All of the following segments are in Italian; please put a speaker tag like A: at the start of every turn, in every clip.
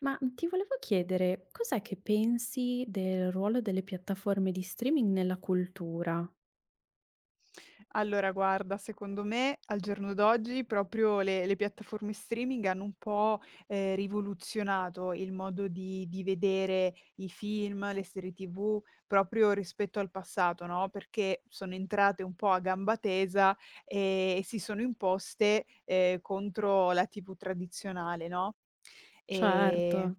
A: Ti volevo chiedere, cos'è che pensi del ruolo delle piattaforme di streaming nella cultura?
B: Allora guarda, secondo me al giorno d'oggi proprio le piattaforme streaming hanno un po', rivoluzionato il modo di vedere i film, le serie TV, proprio rispetto al passato, no, perché sono entrate un po' a gamba tesa, e si sono imposte, contro la TV tradizionale, no? Ehm
A: Certo.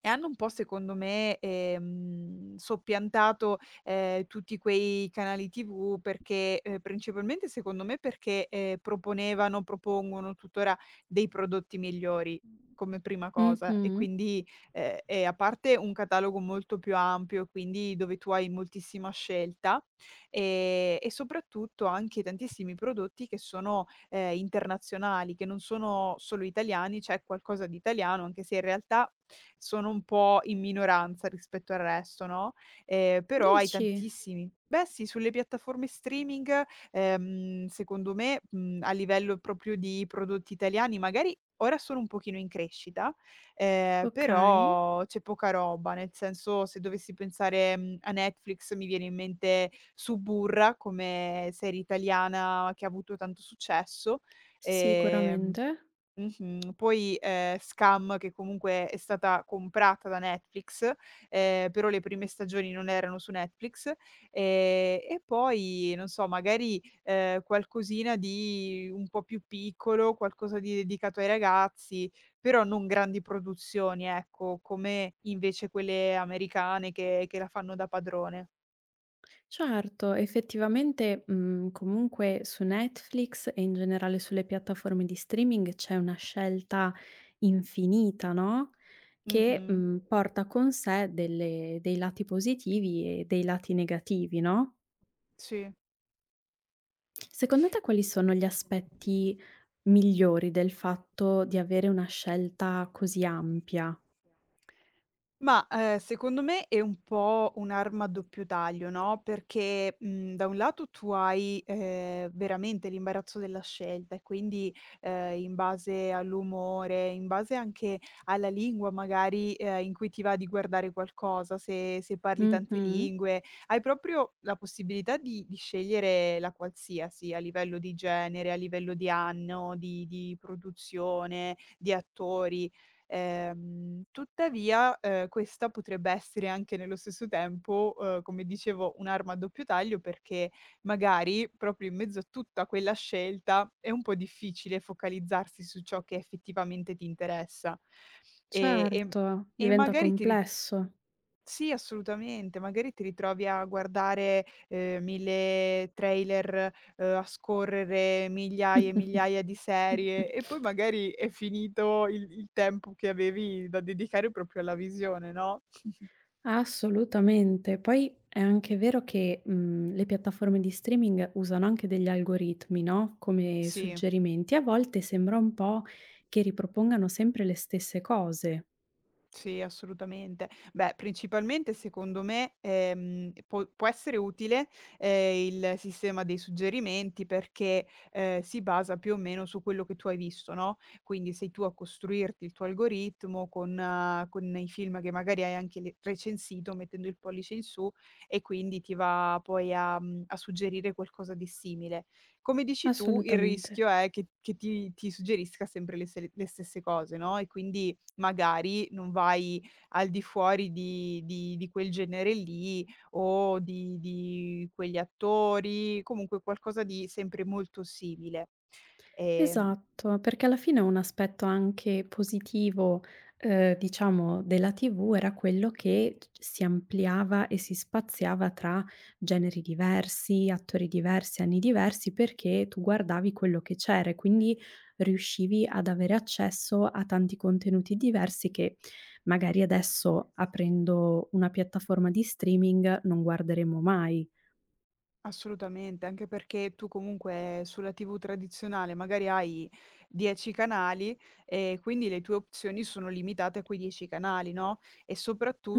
B: e hanno un po' secondo me, soppiantato, tutti quei canali TV perché principalmente secondo me perché, proponevano, propongono tuttora dei prodotti migliori, come prima cosa. E
A: Mh-mh.
B: quindi e a parte un catalogo molto più ampio, quindi dove tu hai moltissima scelta, e soprattutto anche tantissimi prodotti che sono internazionali, che non sono solo italiani. C'è qualcosa di italiano, anche se in realtà sono un po' in minoranza rispetto al resto, no, però hai
A: Dici?
B: tantissimi, beh, sì, sulle piattaforme streaming. Secondo me, a livello proprio di prodotti italiani, magari ora sono un pochino in crescita.
A: Okay,
B: Però c'è poca roba, nel senso, se dovessi pensare, a Netflix, mi viene in mente Suburra come serie italiana che ha avuto tanto successo. ehm
A: sicuramente.
B: Poi, Scam, che comunque è stata comprata da Netflix, però le prime stagioni non erano su Netflix. E poi non so, magari, qualcosina di un po' più piccolo, qualcosa di dedicato ai ragazzi. Però non grandi produzioni, ecco, come invece quelle americane, che la fanno da padrone.
A: Certo, effettivamente, comunque su Netflix e in generale sulle piattaforme di streaming c'è una scelta infinita, no, che,
B: Mh-mh.
A: porta con sé delle dei lati positivi e dei lati negativi, no?
B: Sì.
A: Secondo te quali sono gli aspetti migliori del fatto di avere una scelta così ampia?
B: Ma, secondo me è un po' un'arma a doppio taglio, no, perché, da un lato tu hai, veramente l'imbarazzo della scelta. E quindi, in base all'umore, in base anche alla lingua magari, in cui ti va di guardare qualcosa, se se parli tante
A: Mh-mh.
B: lingue, hai proprio la possibilità di scegliere la qualsiasi, a livello di genere, a livello di anno, di produzione, di attori. Tuttavia, questa potrebbe essere anche nello stesso tempo, come dicevo, un'arma a doppio taglio, perché magari proprio in mezzo a tutta quella scelta è un po' difficile focalizzarsi su ciò che effettivamente ti interessa. E e Mh.
A: Certo,
B: E
A: diventa
B: magari ti ri
A: complesso.
B: sì, assolutamente. Magari ti ritrovi a guardare, 1000 trailer, a scorrere migliaia e migliaia di serie, e poi magari è finito il tempo che avevi da dedicare proprio alla visione, no?
A: Assolutamente. Poi è anche vero che, le piattaforme di streaming usano anche degli algoritmi, no, come
B: Sì.
A: suggerimenti. A volte sembra un po' che ripropongano sempre le stesse cose.
B: Sì, assolutamente. Beh, principalmente secondo me, può essere utile, il sistema dei suggerimenti perché, si basa più o meno su quello che tu hai visto, no, quindi sei tu a costruirti il tuo algoritmo con i film che magari hai anche le recensito mettendo il pollice in su, e quindi ti va poi a suggerire qualcosa di simile. Come dici tu, il
A: Assolutamente.
B: rischio è che ti suggerisca sempre le stesse cose, no, e quindi magari non vai al di fuori di quel genere lì o di quegli attori, comunque qualcosa di sempre molto simile. Ehm
A: Esatto, perché alla fine un aspetto anche positivo, diciamo della TV era quello che c si ampliava e si spaziava tra generi diversi, attori diversi, anni diversi, perché tu guardavi quello che c'era e quindi riuscivi ad avere accesso a tanti contenuti diversi che magari adesso, aprendo una piattaforma di streaming, non guarderemo mai.
B: Assolutamente, anche perché tu comunque sulla TV tradizionale magari hai 10 canali, e quindi le tue opzioni sono limitate a quei 10 canali, no, e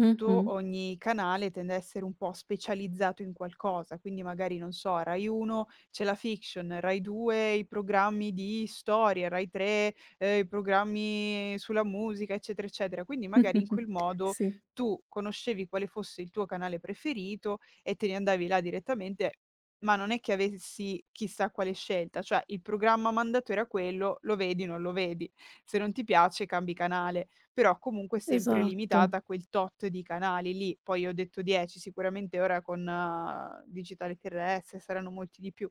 A: Mh-mh.
B: ogni canale tende a essere un po' specializzato in qualcosa. Quindi, magari, non so, Rai 1 c'è la fiction, Rai 2 i programmi di storia, Rai 3, i programmi sulla musica, eccetera, eccetera. Quindi magari in quel modo
A: Sì,
B: tu conoscevi quale fosse il tuo canale preferito e te ne andavi là direttamente, ma non è che avessi chissà quale scelta, cioè il programma mandato era quello, lo vedi, non lo vedi. Se non ti piace cambi canale, però comunque sempre
A: esatto.
B: limitata a quel tot di canali lì. Poi ho detto 10, sicuramente ora con, Digitale TRS, saranno molti di più,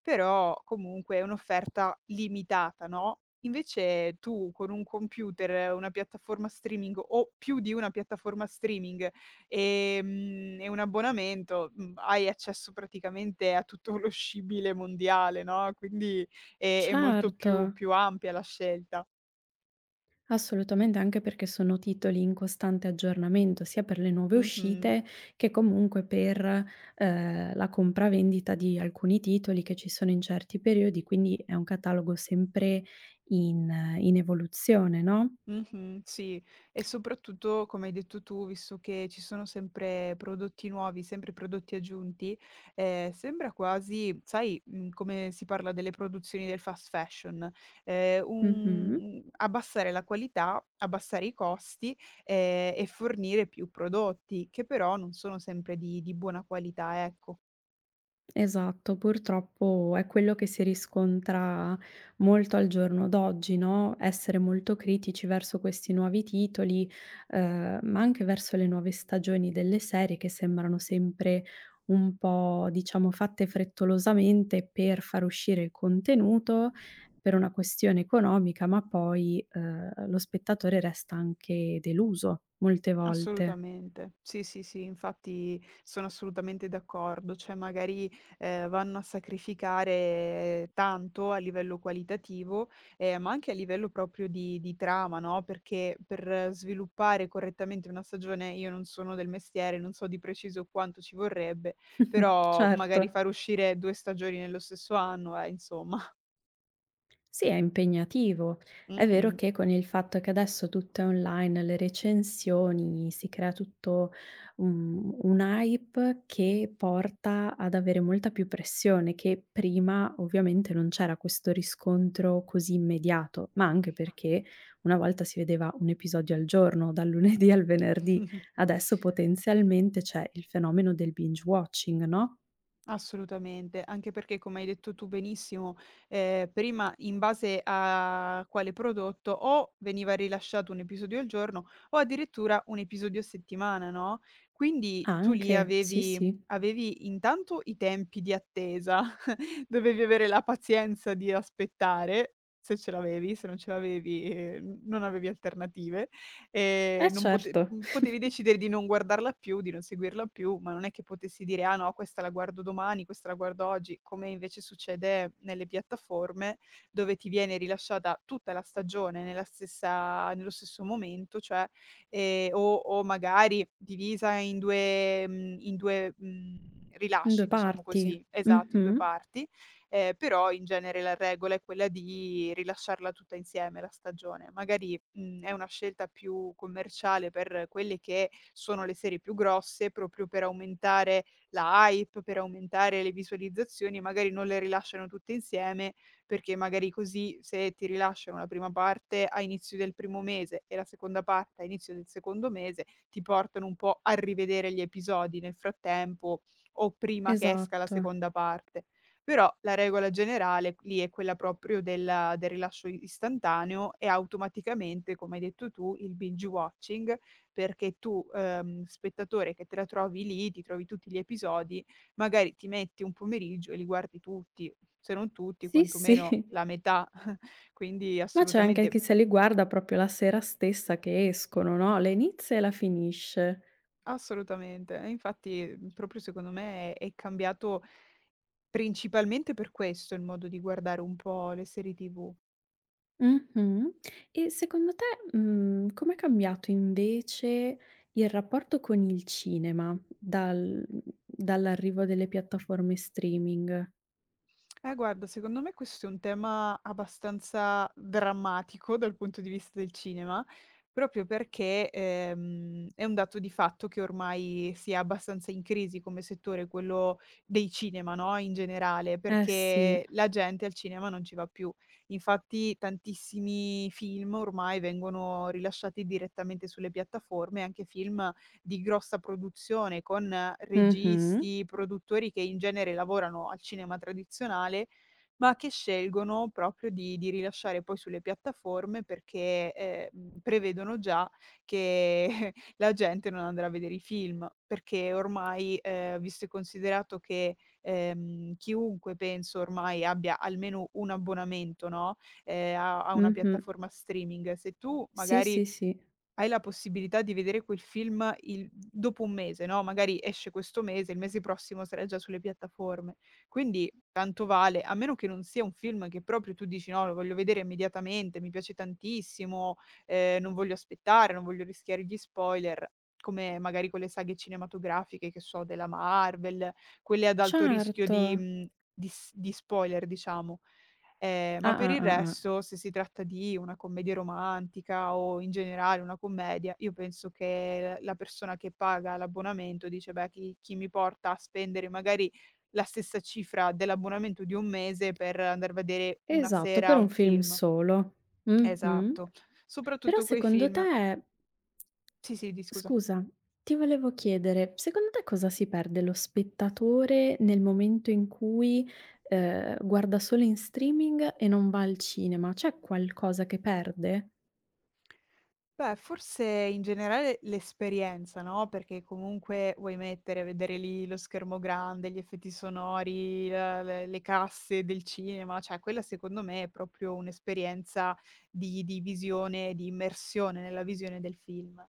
B: però comunque è un'offerta limitata, no. Invece tu con un computer, una piattaforma streaming o più di una piattaforma streaming. E un abbonamento, hai accesso praticamente a tutto lo scibile mondiale, no, quindi è molto
A: Certo.
B: più ampia la scelta.
A: Assolutamente, anche perché sono titoli in costante aggiornamento, sia per le nuove
B: Mh-mh.
A: uscite che comunque per, la compravendita di alcuni titoli che ci sono in certi periodi, quindi è un catalogo sempre in in evoluzione, no?
B: Mh-mh, sì. E soprattutto, come hai detto tu, visto che ci sono sempre prodotti nuovi, sempre prodotti aggiunti, sembra quasi, sai, come si parla delle produzioni del fast fashion,
A: Mh-mh.
B: un abbassare la qualità, abbassare i costi, e fornire più prodotti, che però non sono sempre di buona qualità, ecco.
A: Esatto, purtroppo è quello che si riscontra molto al giorno d'oggi, no, essere molto critici verso questi nuovi titoli, ma anche verso le nuove stagioni delle serie che sembrano sempre un po', diciamo, fatte frettolosamente per far uscire il contenuto, per una questione economica, ma poi, lo spettatore resta anche deluso molte volte.
B: Assolutamente. Sì, sì, sì, infatti sono assolutamente d'accordo. Cioè magari, vanno a sacrificare tanto a livello qualitativo, ma anche a livello proprio di trama, no, perché per sviluppare correttamente una stagione, io non sono del mestiere, non so di preciso quanto ci vorrebbe, però magari
A: Certo.
B: far uscire 2 stagioni nello stesso anno, insomma.
A: Sì, è impegnativo. È vero
B: Mh-mh.
A: che con il fatto che adesso tutto è online, le recensioni, si crea tutto un hype che porta ad avere molta più pressione, che prima ovviamente non c'era questo riscontro così immediato, ma anche perché una volta si vedeva un episodio al giorno, dal lunedì al venerdì, adesso potenzialmente c'è il fenomeno del binge watching, no?
B: Assolutamente, anche perché come hai detto tu benissimo, prima in base a quale prodotto o veniva rilasciato un episodio al giorno o addirittura un episodio a settimana, no, quindi tu lì
A: Anche, sì,
B: avevi,
A: sì,
B: avevi intanto i tempi di attesa, dovevi avere la pazienza di aspettare. Se ce l'avevi, se non ce l'avevi, non avevi alternative.
A: è
B: Non pote
A: certo.
B: mhmm, Potevi decidere di non guardarla più, di non seguirla più, ma non è che potessi dire: "Ah no, questa la guardo domani, questa la guardo oggi", come invece succede nelle piattaforme, dove ti viene rilasciata tutta la stagione nella stessa nello stesso momento. Cioè, o magari divisa in 2,
A: In
B: rilasci,
A: 2
B: diciamo
A: parti.
B: così, esatto, in 2
A: Mh-mh.
B: parti. Però in genere la regola è quella di rilasciarla tutta insieme la stagione. Magari, è una scelta più commerciale per quelle che sono le serie più grosse, proprio per aumentare la hype, per aumentare le visualizzazioni. Magari non le rilasciano tutte insieme, perché magari così, se ti rilasciano la prima parte a inizio del primo mese e la seconda parte a inizio del secondo mese, ti portano un po' a rivedere gli episodi nel frattempo o prima che esca la
A: Esatto.
B: seconda parte. Però la regola generale lì è quella proprio del rilascio istantaneo, e automaticamente, come hai detto tu, il binge watching, perché tu, spettatore che te la trovi lì, ti trovi tutti gli episodi, magari ti metti un pomeriggio e li guardi tutti, se non tutti,
A: Sì,
B: quantomeno
A: sì.
B: la metà. Quindi
A: Ma c'è anche
B: assolutamente
A: chi se li guarda proprio la sera stessa che escono, no, la inizia e la finisce.
B: assolutamente. E infatti, proprio secondo me è cambiato principalmente per questo il modo di guardare un po' le serie TV.
A: Mh-mh. E secondo te, com'è cambiato invece il rapporto con il cinema dall'arrivo delle piattaforme streaming?
B: Guarda, secondo me questo è un tema abbastanza drammatico dal punto di vista del cinema, proprio perché è un dato di fatto che ormai sia abbastanza in crisi come settore, quello dei cinema, no? In generale,
A: Eh sì.
B: perché la gente al cinema non ci va più. Infatti tantissimi film ormai vengono rilasciati direttamente sulle piattaforme, anche film di grossa produzione con
A: Mh-mh.
B: registi, produttori che in genere lavorano al cinema tradizionale, ma che scelgono proprio di rilasciare poi sulle piattaforme perché, prevedono già che la gente non andrà a vedere i film, perché ormai, visto e considerato che, chiunque penso ormai abbia almeno un abbonamento, no, a una
A: Mh-mh.
B: piattaforma streaming. Se tu
A: Sì,
B: magari
A: sì, sì.
B: hai la possibilità di vedere quel film il dopo un mese, no, magari esce questo mese, il mese prossimo sarà già sulle piattaforme. Quindi tanto vale, a meno che non sia un film che proprio tu dici: "No, lo voglio vedere immediatamente, mi piace tantissimo, non voglio aspettare, non voglio rischiare gli spoiler", come magari con le saghe cinematografiche, che so, della Marvel, quelle ad alto rischio
A: Certo.
B: di mhmm, di s di spoiler, diciamo. Ma
A: Ah,
B: per
A: ah,
B: il
A: ah, ah.
B: resto, se si tratta di una commedia romantica o in generale una commedia, io penso che la persona che paga l'abbonamento dice: "Beh, chi mi porta a spendere magari la stessa cifra dell'abbonamento di un mese per andar vedere una
A: Esatto, per
B: sera
A: un
B: un
A: film
B: film."
A: solo. Mh-mh.
B: Esatto.
A: Però
B: Soprattutto quei
A: secondo
B: film,
A: te
B: sì, sì, di scusa.
A: scusa, ti volevo chiedere, secondo te cosa si perde lo spettatore nel momento in cui, guarda solo in streaming e non va al cinema? C'è qualcosa che perde?
B: Beh, forse in generale l'esperienza, no, perché comunque vuoi mettere, vedere lì lo schermo grande, gli effetti sonori, la le casse del cinema, cioè quella secondo me è proprio un'esperienza di visione, di immersione nella visione del film.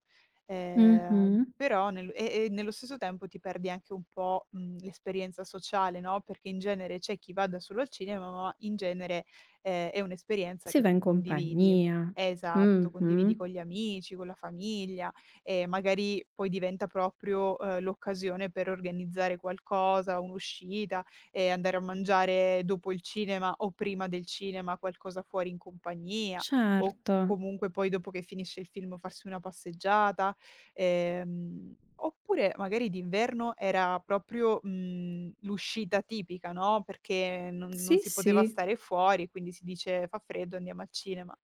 A: Mh-mh.
B: Però nel e nello stesso tempo ti perdi anche un po', l'esperienza sociale, no, perché in genere c'è chi va da solo al cinema, ma in genere è un'esperienza
A: Si
B: che
A: va
B: tu
A: in
B: condividi.
A: compagnia.
B: Esatto,
A: Mh-mh.
B: condividi con gli amici, con la famiglia, e magari poi diventa proprio, l'occasione per organizzare qualcosa, un'uscita, e andare a mangiare dopo il cinema o prima del cinema qualcosa fuori in compagnia, o
A: Certo.
B: comunque poi dopo che finisce il film farsi una passeggiata. Oppure magari d'inverno era proprio, l'uscita tipica, no, perché non
A: Sì,
B: si poteva
A: sì.
B: stare fuori, quindi si dice: "Fa freddo, andiamo al cinema".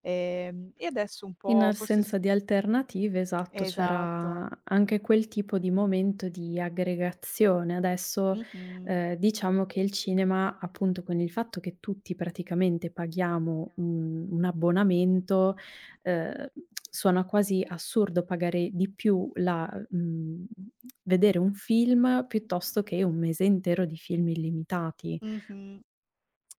B: E adesso un
A: In
B: po' forse s
A: assenza di alternative, esatto,
B: esatto.
A: c'era anche quel tipo di momento di aggregazione. Adesso,
B: Mh-mh.
A: diciamo che il cinema, appunto, con il fatto che tutti praticamente paghiamo un abbonamento, ehm, suona quasi assurdo pagare di più vedere un film piuttosto che un mese intero di film illimitati.
B: Mh-mh.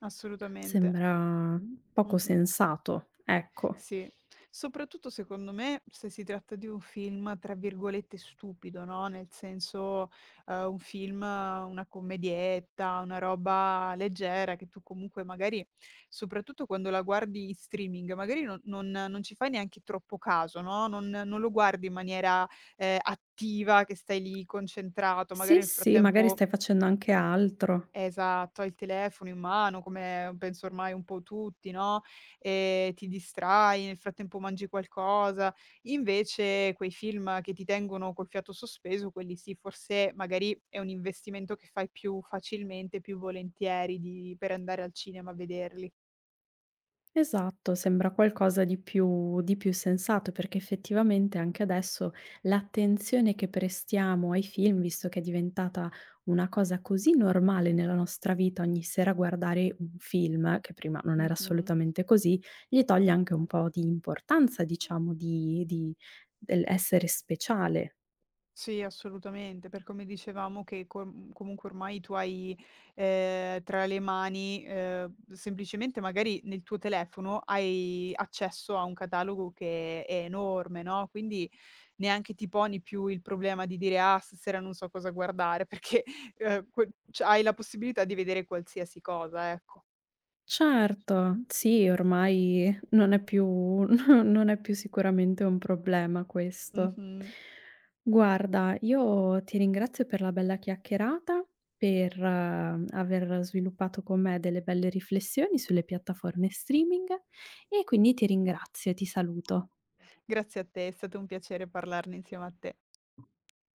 B: Assolutamente.
A: Sembra poco
B: Mh-mh.
A: sensato, ecco.
B: Sì, soprattutto secondo me, se si tratta di un film tra virgolette "stupido", no, nel senso, un film, una commedietta, una roba leggera che tu comunque magari, soprattutto quando la guardi in streaming, magari non ci fai neanche troppo caso, no, non lo guardi in maniera, attiva, che stai lì concentrato, magari
A: Sì,
B: nel
A: sì, magari
B: frattempo.
A: stai facendo anche altro.
B: Esatto, hai il telefono in mano, come penso ormai un po' tutti, no, ti distrai, nel frattempo mangi qualcosa. Invece quei film che ti tengono col fiato sospeso, quelli sì, forse magari è un investimento che fai più facilmente, più volentieri, di per andare al cinema a vederli.
A: Esatto, sembra qualcosa di più sensato, perché effettivamente anche adesso l'attenzione che prestiamo ai film, visto che è diventata una cosa così normale nella nostra vita ogni sera guardare un film, che prima non era
B: Mh-mh.
A: assolutamente così, gli toglie anche un po' di importanza, diciamo, di del essere speciale.
B: Sì, assolutamente, per come dicevamo, che comunque ormai tu hai, tra le mani, semplicemente magari nel tuo telefono hai accesso a un catalogo che è enorme, no, quindi neanche ti poni più il problema di dire: "Ah, stasera non so cosa guardare", perché, que cioè hai la possibilità di vedere qualsiasi cosa, ecco.
A: Certo, sì, ormai non è più non è più sicuramente un problema questo.
B: Mh-mh.
A: Guarda, io ti ringrazio per la bella chiacchierata, per aver sviluppato con me delle belle riflessioni sulle piattaforme streaming e quindi ti ringrazio e ti saluto.
B: Grazie a te, è stato un piacere parlarne insieme a te.